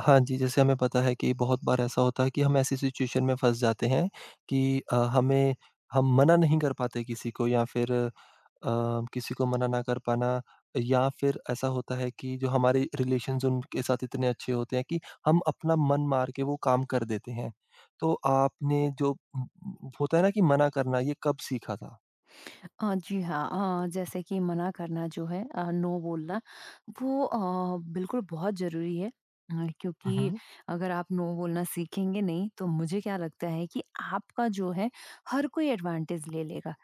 हाँ जी, जैसे हमें पता है कि बहुत बार ऐसा होता है कि हम ऐसी सिचुएशन में फँस जाते हैं कि अ, हमें हम मना नहीं कर पाते किसी को या फिर किसी को मना ना कर पाना या फिर ऐसा होता है कि जो हमारे रिलेशन्स उनके साथ इतने अच्छे होते हैं कि हम अपना मन मार के वो काम कर देते हैं। तो होता है ना कि मना करना ये कब सीखा था? जी हाँ जैसे कि मना करना जो है नो बोलना वो बिल्कुल बहुत ज़रूरी है। हुँ, क्योंकि हुँ। अगर आप नो बोलना सीखेंगे नहीं तो मुझे क्या लगता है कि आपका जो है हर कोई एडवांटेज ले लेगा।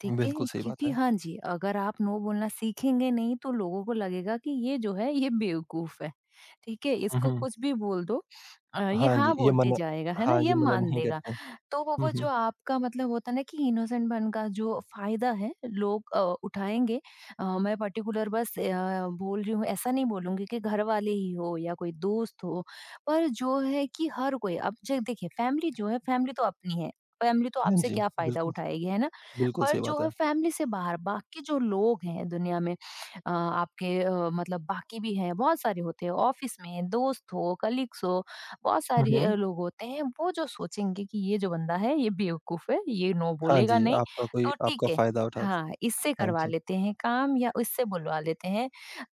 ठीक बिल्कुल है? सही बात क्योंकि है। हाँ जी, अगर आप नो बोलना सीखेंगे नहीं तो लोगों को लगेगा कि ये जो है ये बेवकूफ़ है, ठीक है? हुँ, इसको हुँ। कुछ भी बोल दो ये हाँ जी, हाँ ये बोलते मना जाएगा, है ना? हाँ, ये ये मना मान नहीं लेगा। करते हैं। तो वो हुँ, वो जो हुँ। आपका मतलब होता है ना कि इनोसेंट पन का जो फ़ायदा है लोग उठाएँगे। मैं पर्टिकुलर बस बोल रही हूँ ऐसा नहीं बोलूँगी कि घरवाले ही हो या कोई दोस्त हो, पर जो है कि हर कोई अब ज देखिए फैमिली जो है फैमिली तो अपनी है, फैमिली तो हाँ आपसे जी, क्या फ़ायदा बिल्कुल, उठाएगी, है ना? बिल्कुल पर सही बात जो है। है फैमिली से बाहर बाकी जो लोग हैं दुनिया में आपके मतलब बाकी भी हैं बहुत सारे होते हैं ऑफिस में दोस्त हो कलीग्स हो बहुत हुँ, सारे हुँ। लोग होते हैं वो जो सोचेंगे कि ये जो बंदा है ये बेवकूफ है ये नो हाँ बोलेगा जी, नहीं तो आपका ठीक है फ़ायदा उठा सक। हाँ इससे हाँ करवा जी। लेते हैं काम या इससे बुलवा लेते हैं।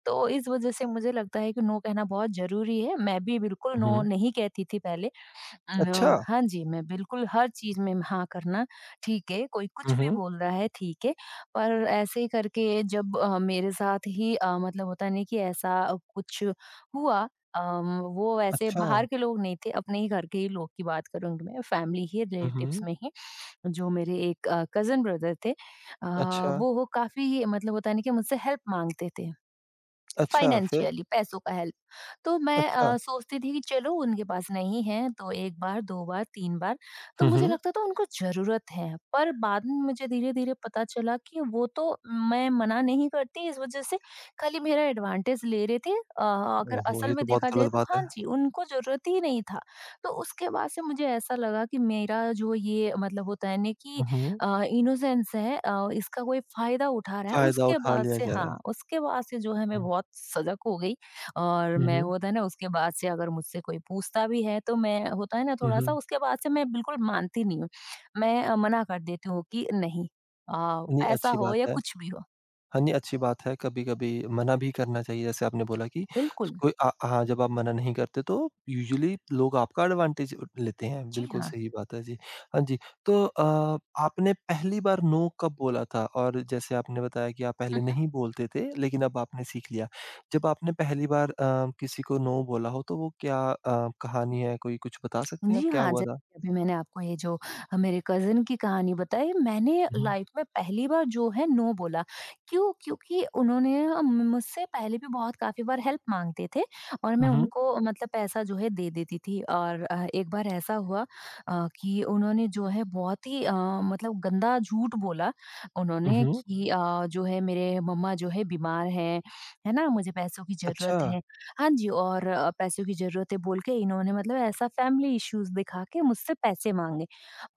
तो इस वजह से मुझे लगता है कि नो कहना बहुत जरूरी है। मैं भी बिल्कुल हुँ, नो हुँ। नहीं कहती थी पहले। अच्छा! अ, हाँ जी, मैं बिल्कुल हर चीज़ में हाँ करना ठीक है, कोई हुँ, कुछ भी हुँ। बोल रहा है ठीक है, पर ऐसे ही करके जब मेरे साथ ही मतलब होता नहीं कि ऐसा कुछ हुआ अम, वो वैसे अच्छा, बाहर के लोग नहीं थे, अपने ही घर के ही लोग की बात करूँगी मैं, फैमिली ही हुँ, रिलेटिव्स हुँ। में ही, जो मेरे एक कज़न ब्रदर थे अच्छा, वो काफ़ी मतलब होता है ना कि मुझसे हेल्प माँगते थे। अच्छा, फिर? फाइनेंशियली पैसों का हेल्प। तो मैं अच्छा। सोचती थी कि चलो उनके पास नहीं है तो एक बार दो बार तीन बार तो हुँ, मुझे हुँ। लगता था उनको जरूरत है। पर बाद में मुझे धीरे धीरे पता चला कि वो तो मैं मना नहीं करती इस वजह से खाली मेरा एडवांटेज ले रहे थे। अगर ओहो! असल ये में तो बहुत देखा जाए गलत तो बात है। हाँ जी उनको जरूरत ही नहीं था। तो उसके बाद से मुझे ऐसा लगा कि मेरा जो ये मतलब होता है ना कि हुँ, हुँ। इनोसेंस है इसका कोई फ़ायदा उठा रहा है, फ़ायदा उसके उठा बाद लिया से जा रहा है। हाँ, उसके बाद से जो है मैं हुँ, बहुत सजग हो गई। और हुँ, मैं हुँ। होता है ना उसके बाद से अगर मुझसे कोई पूछता भी है तो मैं होता है ना हुँ, थोड़ा-सा हुँ। उसके बाद से मैं बिल्कुल मानती नहीं हूँ। मैं मना कर देती हूँ कि नहीं अ, नहीं, पैसा अच्छी हो बात या है। कुछ भी हो। हाँ जी, अच्छी बात है, कभी-कभी मना भी करना चाहिए, जैसे आपने बोला कि बिल्कुल। कोई हाँ, जब आप मना नहीं करते तो यूजुअली लोग आपका एडवांटेज लेते हैं, जी बिल्कुल हाँ। सही बात है जी। हाँ जी, तो आपने पहली बार नो कब बोला था? और जैसे आपने बताया कि आप पहले नहीं बोलते थे, लेकिन अब आपने सीख लिया। जब आपने पहली बार किसी को नो बोला हो, तो वो क्या कहानी है, कोई कुछ बता सकते हैं आप, जी क्या हाँ, हुआ जैसे था? अभी मैंने आपको ये जो मेरे कज़िन की कहानी बताई, मैंने हुँ, हुँ। लाइफ़ में पहली बार जो है नो बोला। क्यों? क्योंकि उन्होंने मुझसे पहले भी बहुत काफ़ी बार हेल्प माँगते थे। और हुँ, मैं हुँ, उनको मतलब पैसा जो है दे देती थी और एक बार ऐसा हुआ कि उन्होंने जो है बहुत ही मतलब गंदा झूठ बोला उन्होंने हुँ, कि जो है मेरे मम्मा जो है बीमार हैं, है ना? मुझे पैसों की अच्छा। ज़रूरत है। हाँ जी, और पैसों की ज़रूरत है बोल के इन्होंने मतलब ऐसा फैमिली इश्यूज़ दिखा के मुझसे पैसे माँगे।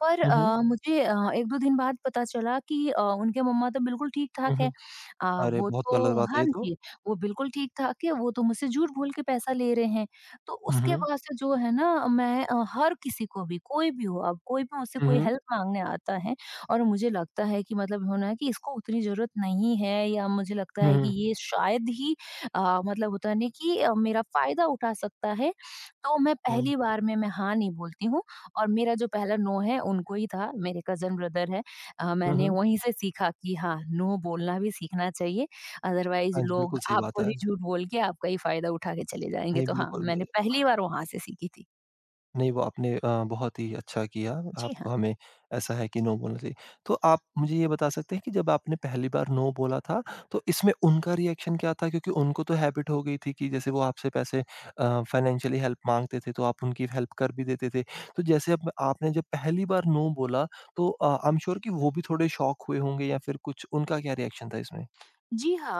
पर हुँ, हुँ, मुझे 1-2 दिन बाद पता चला कि उनके मम्मा तो बिल्कुल ठीक-ठाक हुँ, हुँ। हैं। अ, अरे! वो बहुत तो गलत बात है हाँ ये तो। जी, वो बिल्कुल ठीक-ठाक है, वो तो मुझसे झूठ बोल के पैसा ले रहे हैं। तो हुँ, उसके हुँ। बाद से जो है ना मैं हर किसी को भी, कोई भी हो अब, कोई भी मुझसे हुँ, कोई हुँ। हेल्प माँगने आता है और मुझे लगता है कि मतलब होना है कि इसको उतनी ज़रूरत नहीं है या मुझे लगता हुँ, है कि हुँ। ये शायद ही मतलब होता नहीं कि मेरा फ़ायदा उठा सकता है, तो मैं हुँ, पहली बार में मैं हाँ नहीं बोलती हूँ। और मेरा जो पहला नो है उनको ही था, मेरे कज़न ब्रदर हैं। हुँ, मैंने हुँ। वहीं से सीखा कि हाँ, नो बोलना भी सीखना चाहिए, अदरवाइज़ हाँ जी, लोग बिल्कुल सही बात आपको है। ही झूठ बोल के आपका ही फ़ायदा उठा के चले जाएँगे, नहीं, तो हाँ, बिल्कुल मैंने भी पहली बार वहाँ से सीखी थी। नहीं वो आपने बहुत ही अच्छा किया, जी हाँ। आपको हमें ऐसा है कि नो बोलना चाहिए। तो आप मुझे ये बता सकते हैं कि जब आपने पहली बार नो बोला था, तो इसमें उनका रिएक्शन क्या था? क्योंकि उनको तो हैबिट हो गई थी कि जैसे वो आपसे फाइनेंशियली हेल्प माँगते थे, तो आप उनकी हेल्प कर भी देते थे। तो जैसे अब आपने जब पहली बार नो बोला, तो आई एम श्योर कि वो भी थोड़े शॉक हुए होंगे या फिर कुछ उनका क्या रिएक्शन था इसमें? जी हाँ।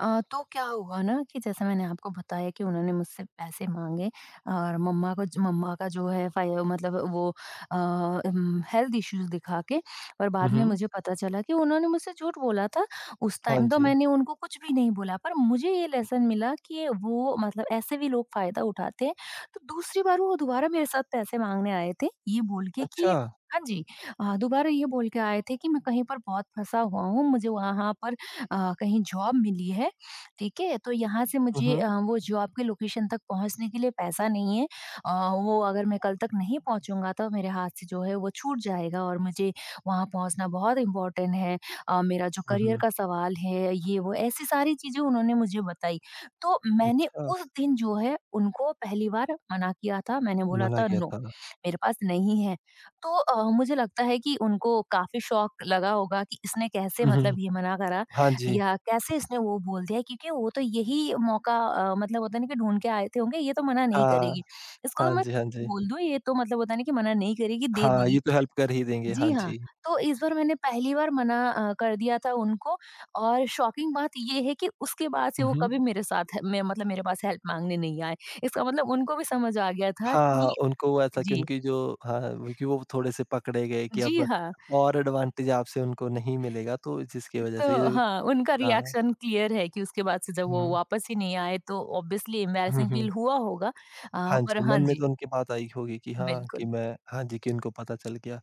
तो क्या हुआ ना कि जैसे मैंने आपको बताया कि उन्होंने मुझसे पैसे माँगे और मम्मा को ज मम्मा का जो है फ़ाय मतलब वो हेल्थ इश्यूज़ दिखा के। और हुँ, बाद में हुँ। मुझे पता चला कि उन्होंने मुझसे झूठ बोला था। उस हाँ टाइम तो जी। मैंने उनको कुछ भी नहीं बोला पर मुझे ये लेसन मिला कि वो मतलब ऐसे भी लोग फ़ायदा उठाते हैं। तो दूसरी बार वो दोबारा मेरे साथ पैसे माँगने आए थे, ये बोल के अच्छा। कि हाँ जी। दोबारा ये बोल के आए थे कि मैं कहीं पर बहुत फँसा हुआ हूँ, मुझे वहाँ पर कहीं जॉब मिली है, ठीक है? तो यहाँ से हुँ, मुझे हुँ। वो जॉब के लोकेशन तक पहुँचने के लिए पैसा नहीं है। अ, वो अगर मैं कल तक नहीं पहुँचूँगा तो मेरे हाथ से जो है वो छूट जाएगा और मुझे वहाँ पहुँचना बहुत इम्पोर्टेंट है। मेरा जो हुँ, करियर हुँ। का सवाल है ये वो ऐसी सारी चीज़ें उन्होंने मुझे बताई। तो मैंने अच्छा, उस दिन जो है उनको पहली बार मना किया था। मैंने बोला मना था किया नो, था। मेरे पास नहीं है। तो मुझे लगता है कि उनको काफ़ी शॉक लगा होगा कि इसने कैसे हुँ, हुँ। मतलब ये मना करा हाँ जी, या कैसे इसने वो बोल दिया क्योंकि वो तो यही मौका मतलब होता नहीं कि ढूँढ के आए थे होंगे, ये तो मना नहीं हाँ, करेगी। इसको तो हाँ मैं जी, हाँ जी। बोल दूँ ये तो मतलब होता नहीं कि मना नहीं करेगी, दे हाँ, देगी। ये तो हेल्प कर ही देंगे, हाँ जी हाँ, जी। तो इस बार मैंने पहली बार मना कर दिया था उनको। और शॉकिंग बात ये है कि उसके बाद से हुँ, वो हुँ। कभी मेरे साथ मैं मतलब मेरे पास हेल्प माँगने नहीं आए। इसका मतलब उनको भी समझ आ गया था हाँ, कि उनको ऐसा कि जी। उनकी जो। हाँ, क्योंकि वो थोड़े से पकड़े गए कि जी अब हाँ। और एडवांटेज आपसे उनको नहीं मिलेगा तो जिसकी वज़ह से तो ये जो। हाँ, उनका हाँ। रिएक्शन क्लियर है कि उसके बाद से जब वो हुँ। वापस ही नहीं आए तो ऑब्वियसली हुँ, एम्बैरसिंग हुँ। फील हुआ होगा। हाँ पर जी, हाँ मन में जी, तो उनकी बात आई होगी कि हाँ, कि बिल्कुल। मैं हाँ जी, कि उनको पता चल गया।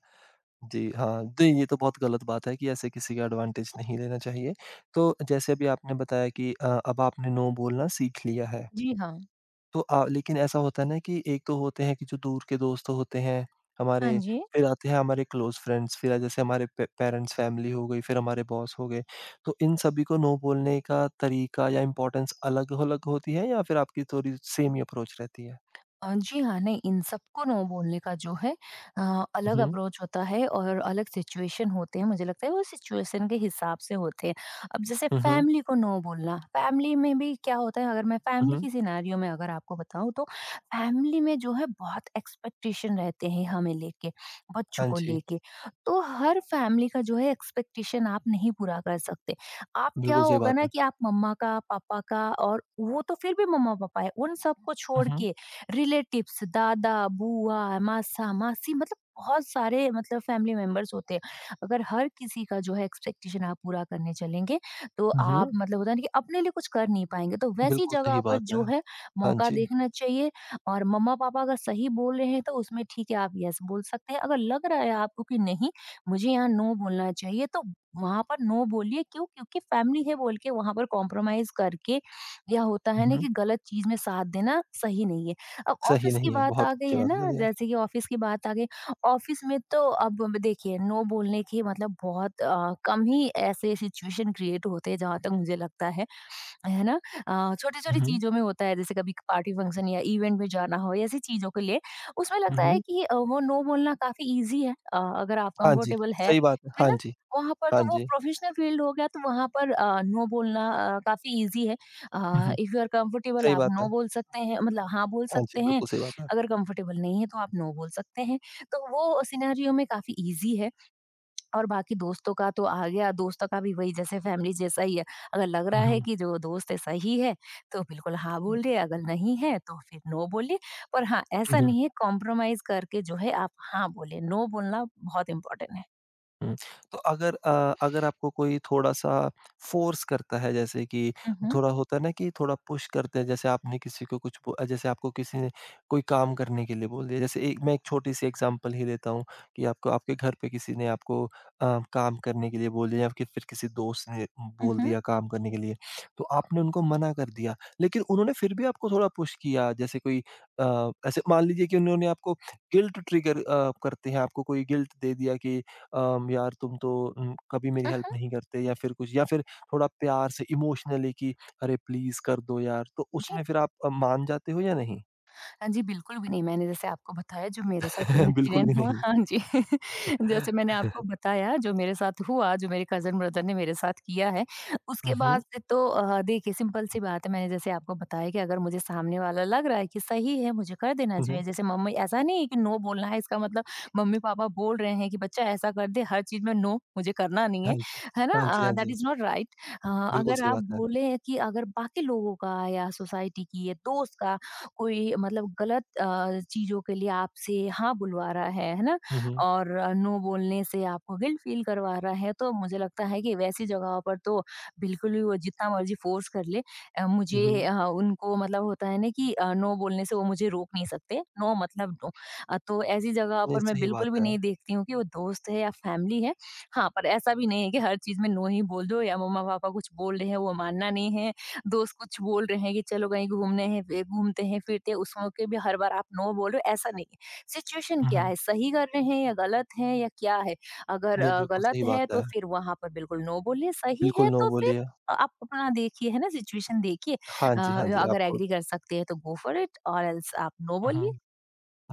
जी, हाँ। नहीं, ये तो बहुत गलत बात है कि ऐसे किसी का एडवांटेज नहीं लेना चाहिए। तो जैसे अभी आपने बताया कि अब आपने नो बोलना सीख लिया है। जी हाँ। तो लेकिन ऐसा होता है ना कि एक तो होते हैं कि जो दूर के दोस्त होते हैं हाँ हमारे, जी। फिर आते हैं हमारे क्लोज़ फ्रेंड्स, फिर जैसे हमारे पे पेरेंट्स फैमिली हो गई, फिर हमारे बॉस हो गए। तो इन सभी को नो बोलने का तरीका या इम्पोर्टेंस अलग-अलग होती है या फिर आपकी थोड़ी सेम ही अप्रोच रहती है? जी हाँ, नहीं इन सबको नो बोलने का जो है अलग हुँ, हुँ। अप्रोच होता है और अलग सिचुएशन होते हैं, मुझे लगता है वो सिचुएशन के हिसाब से होते हैं। अब जैसे हुँ, हुँ, फैमिली को नो बोलना, फैमिली में भी क्या होता है अगर मैं हुँ, फैमिली हुँ। की सिनेरियो में अगर आपको बताऊँ तो फैमिली में जो है बहुत एक्सपेक्टेशन रहते हैं हमें लेके, बच्चों हाँ को जी, लेके। तो हर फैमिली का जो है एक्सपेक्टेशन आप नहीं पूरा कर सकते। आप क्या बिल्कुल सही होगा बात ना है। कि आप मम्मा का, पापा का और वो तो फिर भी मम्मा-पापा है, उन सबको हुँ, छोड़ हुँ। के रिलेटिव्स दादा बुआ मासा मासी मतलब बहुत सारे मतलब फैमिली मेंबर्स होते हैं। अगर हर किसी का जो है एक्सपेक्टेशन आप पूरा करने चलेंगे तो हुँ, आप हुँ। मतलब होता है ना कि अपने लिए कुछ कर नहीं पाएंगे तो वैसी बिल्कुल जगह सही पर बात है। जो है हाँ मौका जी। देखना चाहिए। और मम्मा पापा अगर सही बोल रहे हैं तो उसमें ठीक है आप यस बोल सकते हैं। अगर लग रहा है आपको कि नहीं मुझे यहाँ नो बोलना चाहिए तो वहां पर नो बोलिए। क्यों? क्योंकि फैमिली है बोल के वहां पर कॉम्प्रोमाइज करके या होता हुँ, है ना हुँ। कि गलत चीज में साथ देना सही नहीं है। अब सही ऑफिस की नहीं है, बात बहुत आ गई अच्छी है बात ना। बोली आप। जैसे कि ऑफिस की बात आ गई ऑफिस में तो अब देखिए नो बोलने के मतलब बहुत कम ही ऐसे सिचुएशन क्रिएट होते हैं जहाँ तक मुझे लगता है ना। छोटी हुँ, छोटी हुँ। चीजों में होता है जैसे कभी पार्टी फंक्शन या इवेंट में जाना हो या ऐसी चीजों के लिए उसमें हुँ, लगता है हुँ। कि वो नो बोलना काफी इजी है अगर आप हाँ जी, कंफर्टेबल सही बात है। है हाँ ना। जी, वहां पर हाँ तो वो जी। प्रोफेशनल फील्ड हो गया तो वहां पर नो बोलना काफी इजी है। हुँ, हुँ। इफ यू आर कंफर्टेबल सही आप बात है। नो बोल सकते हैं मतलब हाँ बोल हाँ जी, सकते हैं। बिल्कुल सही बात है। अगर कंफर्टेबल नहीं है तो आप नो बोल सकते हैं। तो वो सिनेरियो में काफी इजी है। और बाकी दोस्तों का तो आ गया दोस्तों का भी वही जैसे फैमिली जैसा ही है। अगर लग रहा हुँ, है हुँ। कि जो दोस्त है सही है तो बिल्कुल हाँ हुँ। बोलिए। अगर नहीं है तो फिर नो बोलिए। पर हाँ हुँ, ऐसा हुँ। नहीं है कॉम्प्रोमाइज करके जो है आप हाँ बोले। नो बोलना बहुत इम्पोर्टेंट है। हुँ। तो अगर आपको कोई थोड़ा-सा फ़ोर्स करता है जैसे कि मम्हम्म, थोड़ा होता है ना कि थोड़ा पुश करते हैं जैसे आपने किसी को कुछ बो जैसे आपको किसी ने कोई काम करने के लिए बोल दिया जैसे एक मैं एक छोटी-सी एग्ज़ाम्पल ही लेता हूँ कि आपको आपके घर पे किसी ने काम करने के लिए बोल दिया या कि फिर किसी दोस्त ने बोल मम्हम्म, दिया काम करने के लिए, तो आपने उनको मना कर दिया, लेकिन उन्होंने फिर भी आपको थोड़ा पुश किया जैसे कोई ऐसे मान लीजिए कि उन्होंने आपको गिल्ट ट्रिगर करते हैं, आपको कोई गिल्ट दे दिया कि यार तुम तो कभी मेरी हेल्प मम्हम्म, नहीं करते या फिर कुछ या फिर थोड़ा प्यार से इमोशनली कि अरे प्लीज़ कर दो यार, तो जी उसमें फिर आप मान जाते हो या नहीं? जी, बिल्कुल भी नहीं। मैंने जैसे आपको बताया जो मेरे साथ बिल्कुल इंसिडेंट भी हुआ नहीं। हाँ जी, जैसे मैंने आपको बताया जो मेरे साथ हुआ, जो मेरे कज़न ब्रदर ने मेरे साथ किया है, हुँ, उसके हुँ। बाद से तो देखिए सिंपल सी बात है। मैंने जैसे आपको बताया कि अगर मुझे सामने वाला लग रहा है कि सही है, मुझे कर देना हुँ, हुँ। चाहिए। जैसे मम्मी ऐसा नहीं है कि नो बोलना है इसका मतलब मम्मी-पापा बोल रहे हैं कि बच्चा ऐसा कर दे, हर चीज़ में नो मुझे करना नहीं हाँ है, जी। है ना? हाँ जी, हाँ दैट जी। Is not right. अ, बिल्कुल अगर सही आप बात है। बोले कि अगर बाकी लोगों का या सोसाइटी की या दोस्त का कोई मतलब गलत चीज़ों के लिए आपसे हाँ बुलवा रहा है ना? हुँ, हुँ। और नो बोलने से आपको गिल्ट फील करवा रहा है, तो मुझे लगता है कि वैसी जगहों पर तो बिल्कुल भी वो जितना मर्ज़ी फ़ोर्स कर ले। हुँ, मुझे हुँ। उनको मतलब होता है ना कि नो बोलने से वो मुझे रोक नहीं सकते, नो मतलब नो। तो ऐसी जगह नहीं पर मैं सही बात बिल्कुल भी है। नहीं देखती हूँ कि वो दोस्त है या फैमिली है। हाँ, पर ऐसा भी नहीं है कि हर चीज़ में नो ही बोल दो या मम्मा-पापा कुछ बोल रहे हैं, वो मानना नहीं है। दोस्त कुछ बोल रहे हैं कि चलो कहीं घूमने हैं फिर घूमते हैं फिरते हैं उसमें के भी हर बार आप नो बोल रहे हो ऐसा नहीं है। सिचुएशन हुँ, क्या हुँ। है, सही कर रहे हैं या गलत है या क्या है। अगर नहीं बिल्कुल सही गलत बात है तो है। फिर वहां पर बिल्कुल नो बोलिए, सही बिल्कुल है नो तो फिर बोलिए। आप अपना देखिए, है ना? सिचुएशन देखिए। हाँ अ, जी, हाँ जी, अगर आपको एग्री कर सकते हैं तो गो फॉर इट और एल्स आप नो हुँ, बोलिए। हुँ।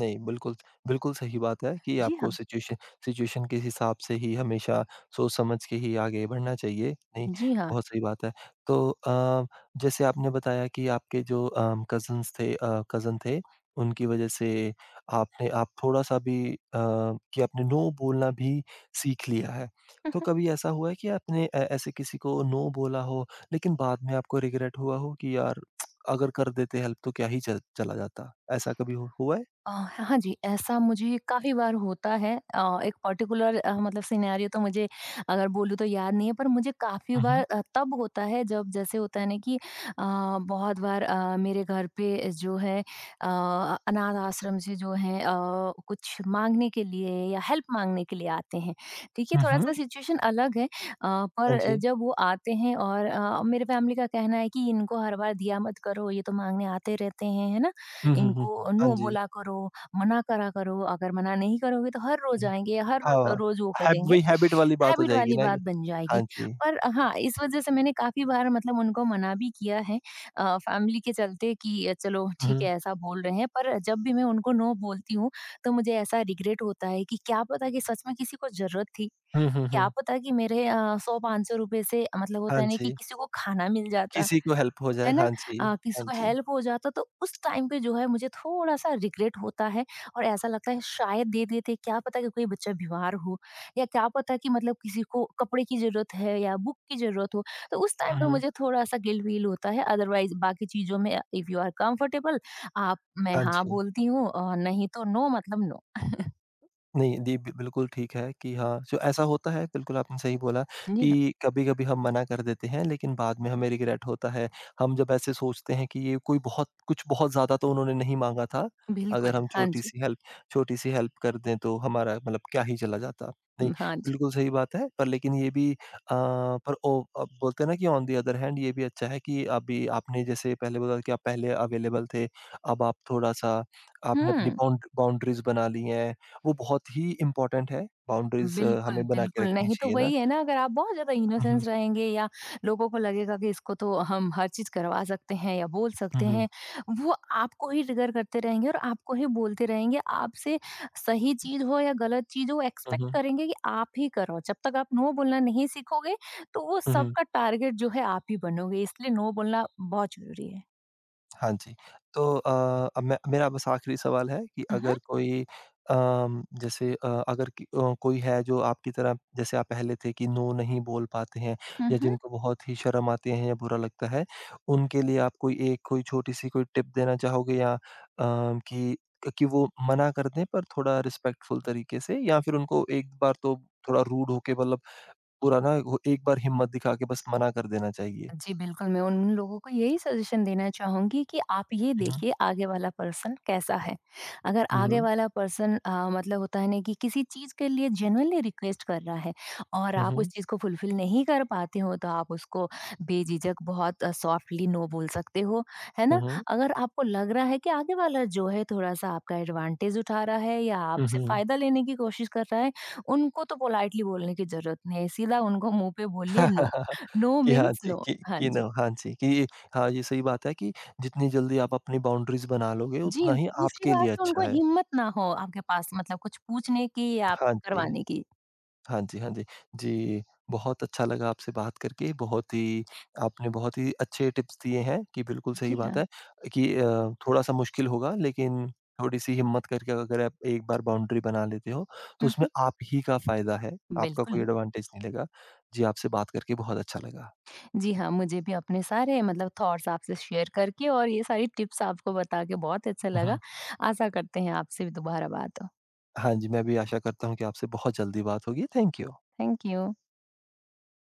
नहीं, बिल्कुल, बिल्कुल सही बात है कि जी आपको हाँ। सिचुएशन सिचुएशन के हिसाब से ही हमेशा सोच समझ के ही आगे बढ़ना चाहिए। नहीं, जी हाँ। बहुत सही बात है। तो जैसे आपने बताया कि आपके जो कज़िन थे, उनकी वज़ह से आपने आप थोड़ा-सा भी कि आपने नो बोलना भी सीख लिया है। तो कभी ऐसा हुआ है कि आपने ऐ ऐसे किसी को नो बोला हो, लेकिन बाद में आपको रिग्रेट हुआ हो कि यार अगर कर देते हेल्प तो क्या ही चल चला जाता? ऐसा कभी हु हुआ है? अ, हाँ जी, ऐसा मुझे काफ़ी बार होता है। एक पर्टिकुलर मतलब सिनेरियो तो मुझे अगर बोलूँ तो याद नहीं है, पर मुझे काफ़ी हुँ, बार हुँ। तब होता है जब जैसे होता है ना कि बहुत बार मेरे घर पे जो है अनाथ आश्रम से जो है कुछ माँगने के लिए या हेल्प माँगने के लिए आते हैं, ठीक है? हुँ, हुँ। थोड़ा-सा सिचुएशन अलग है। हाँ पर जी। जब वो आते हैं और मेरे फैमिली का कहना है कि इनको हर बार दिया मत करो, ये तो माँगने आते रहते हैं, है ना? हुँ, हुँ, हुँ। इनको हाँ नो जी। बोला करो, मना करा करो, अगर मना नहीं करोगे तो हर रोज़ हुँ। आएँगे, हर हाँ, हाँ। रोज़ वो हैब करेंगे। वही हैबिट वाली बात हो हैबिट जाएगी वाली ना ये। बात बन हाँ जाएगी। जी। पर हाँ, इस वज़ह से मैंने काफ़ी बार मतलब उनको मना भी किया है फैमिली के चलते कि चलो हुँ। ठीक है ऐसा बोल रहे हैं, पर जब भी मैं उनको नो बोलती हूँ, तो मुझे ऐसा रिग्रेट होता है कि क्या पता कि सच में किसी को ज़रूरत थी? हुँ, हुँ, क्या हुँ। पता कि मेरे 100-500 रुपए से मतलब हाँ होता है ना कि जी। किसी को खाना मिल जाता। किसी को हेल्प हो जाए। है ना? हाँ जी, हाँ किसी को जी। हेल्प हो जाता तो उस टाइम पे जो है मुझे थोड़ा-सा रिग्रेट होता है और ऐसा लगता है शायद दे देते, क्या पता कि कोई बच्चा बीमार हो या क्या पता कि मतलब किसी को कपड़े की ज़रूरत है या बुक की ज़रूरत हो, तो उस हुँ, टाइम पे हुँ। मुझे थोड़ा-सा गिल्ट फ़ील होता है। अदरवाइज़ बाकी चीज़ों में इफ यू आर कंफर्टेबल आप, मैं हाँ हाँ जी। बोलती हूँ और नहीं तो नो मतलब नो। नहीं, जी, बि बिल्कुल ठीक है कि हाँ, जो ऐसा होता है बिल्कुल आपने सही बोला जी हाँ। कि कभी-कभी हम मना कर देते हैं लेकिन बाद में हमें रिग्रेट होता है। हम जब ऐसे सोचते हैं कि ये कोई बहुत कुछ बहुत ज़्यादा तो उन्होंने नहीं माँगा था। अगर बिल्कुल, हम हाँ जी। छोटी-सी हेल्प कर दें तो हमारा मतलब क्या ही चला जाता। नहीं, हाँ जी। बिल्कुल सही बात है पर लेकिन ये भी बोलते हैं ना कि ऑन द अदर हैंड ये भी अच्छा है कि अभी आपने जैसे पहले बोला कि आप पहले अवेलेबल थे, अब आप थोड़ा-सा आपने अपनी हुँ। बाउंड्रीज़ बना ली हैं। वो बहुत ही इम्पोर्टेंट है, बाउंड्रीज़ बिल्कुल, हमें बना के बिल्कुल। रखनी नहीं तो चाहिए ना। वही है ना, अगर आप बहुत ज़्यादा हुँ, हुँ। इनोसेंस रहेंगे या लोगों को लगेगा कि इसको तो हम हर चीज़ करवा सकते हैं या बोल हुँ, सकते हुँ। हैं, वो आपको ही ट्रिगर करते रहेंगे और आपको ही बोलते रहेंगे। आपसे सही चीज़ हो या गलत चीज़ हो हुँ, एक्सपेक्ट हुँ। करेंगे कि आप ही करो। जब तक आप नो बोलना नहीं सीखोगे तो वो हुँ, हुँ। सबका टारगेट जो है आप ही बनोगे। इसलिए नो बोलना बहुत ज़रूरी है। हाँ जी, तो अब मैं मेरा बस आखिरी सवाल है कि हुँ, हुँ। अगर कोई जैसे अगर कि कोई है जो आपकी तरह जैसे आप पहले थे कि नो नहीं बोल पाते हैं हुँ, या हुँ। जिनको बहुत ही शर्म आती है या बुरा लगता है, उनके लिए आप कोई छोटी-सी कोई टिप देना चाहोगे या कि कि वो मना कर दें पर थोड़ा रिस्पेक्टफुल तरीके से या फिर उनको एक बार तो थोड़ा रूड होके मतलब पूरा ना वो एक बार हिम्मत दिखा के बस मना कर देना चाहिए। जी, बिल्कुल, मैं उन लोगों को यही सजेशन देना चाहूँगी कि आप ये हुँ, हुँ। देखिए आगे वाला पर्सन कैसा है। अगर आगे हुँ, वाला पर्सन मतलब होता है ना कि किसी चीज़ के लिए जेनुइनली रिक्वेस्ट कर रहा है और आप उस हुँ, चीज़ को फुलफ़िल नहीं कर पाते हो, तो आप उसको बेझिझक बहुत सॉफ्टली नो बोल सकते हो, है हुँ, ना? हुँ, अगर आपको लग रहा है कि आगे वाला जो है थोड़ा-सा आपका एडवांटेज उठा रहा है या हुँ, आपसे हुँ। फ़ायदा लेने की कोशिश कर रहा है, उनको तो पोलाइटली बोलने की ज़रूरत नहीं है, सीधा उनको मुँह पे बोलिए नो। नो कि हाँ मीन्स जी, नो। कि हाँ कि जी। नो हाँ जी, कि ये- हाँ, ये सही बात है कि जितनी जल्दी आप अपनी बाउंड्रीज़ बना लोगे, जी, उतना ही दूसरी आपके बार लिए से उनको अच्छा है। हिम्मत ना हो आपके पास मतलब कुछ पूछने की या हाँ आपसे जी। करवाने की। हाँ जी, हाँ जी। जी, बहुत अच्छा लगा आपसे बात करके, बहुत ही आपने बहुत ही अच्छे टिप्स दिए हैं कि बिल्कुल जी सही बात हाँ। है कि थोड़ा-सा मुश्किल होगा लेकिन थोड़ी-सी हिम्मत करके अगर आप एक बार बाउंड्री बना लेते हो, तो हुँ, उसमें हुँ। आप ही का फ़ायदा है, आपका कोई बिल्कुल। एडवांटेज नहीं लगा। जी, आपसे बात करके बहुत अच्छा लगा। जी हाँ, मुझे भी अपने सारे मतलब थॉट्स आपसे शेयर करके और ये सारी टिप्स आपको बता के बहुत अच्छा हुँ, लगा। हुँ। आशा करते हैं आपसे भी दोबारा बात हो। हाँ जी, मैं भी आशा करता हूँ कि आपसे बहुत जल्दी बात होगी। Thank you. Thank you.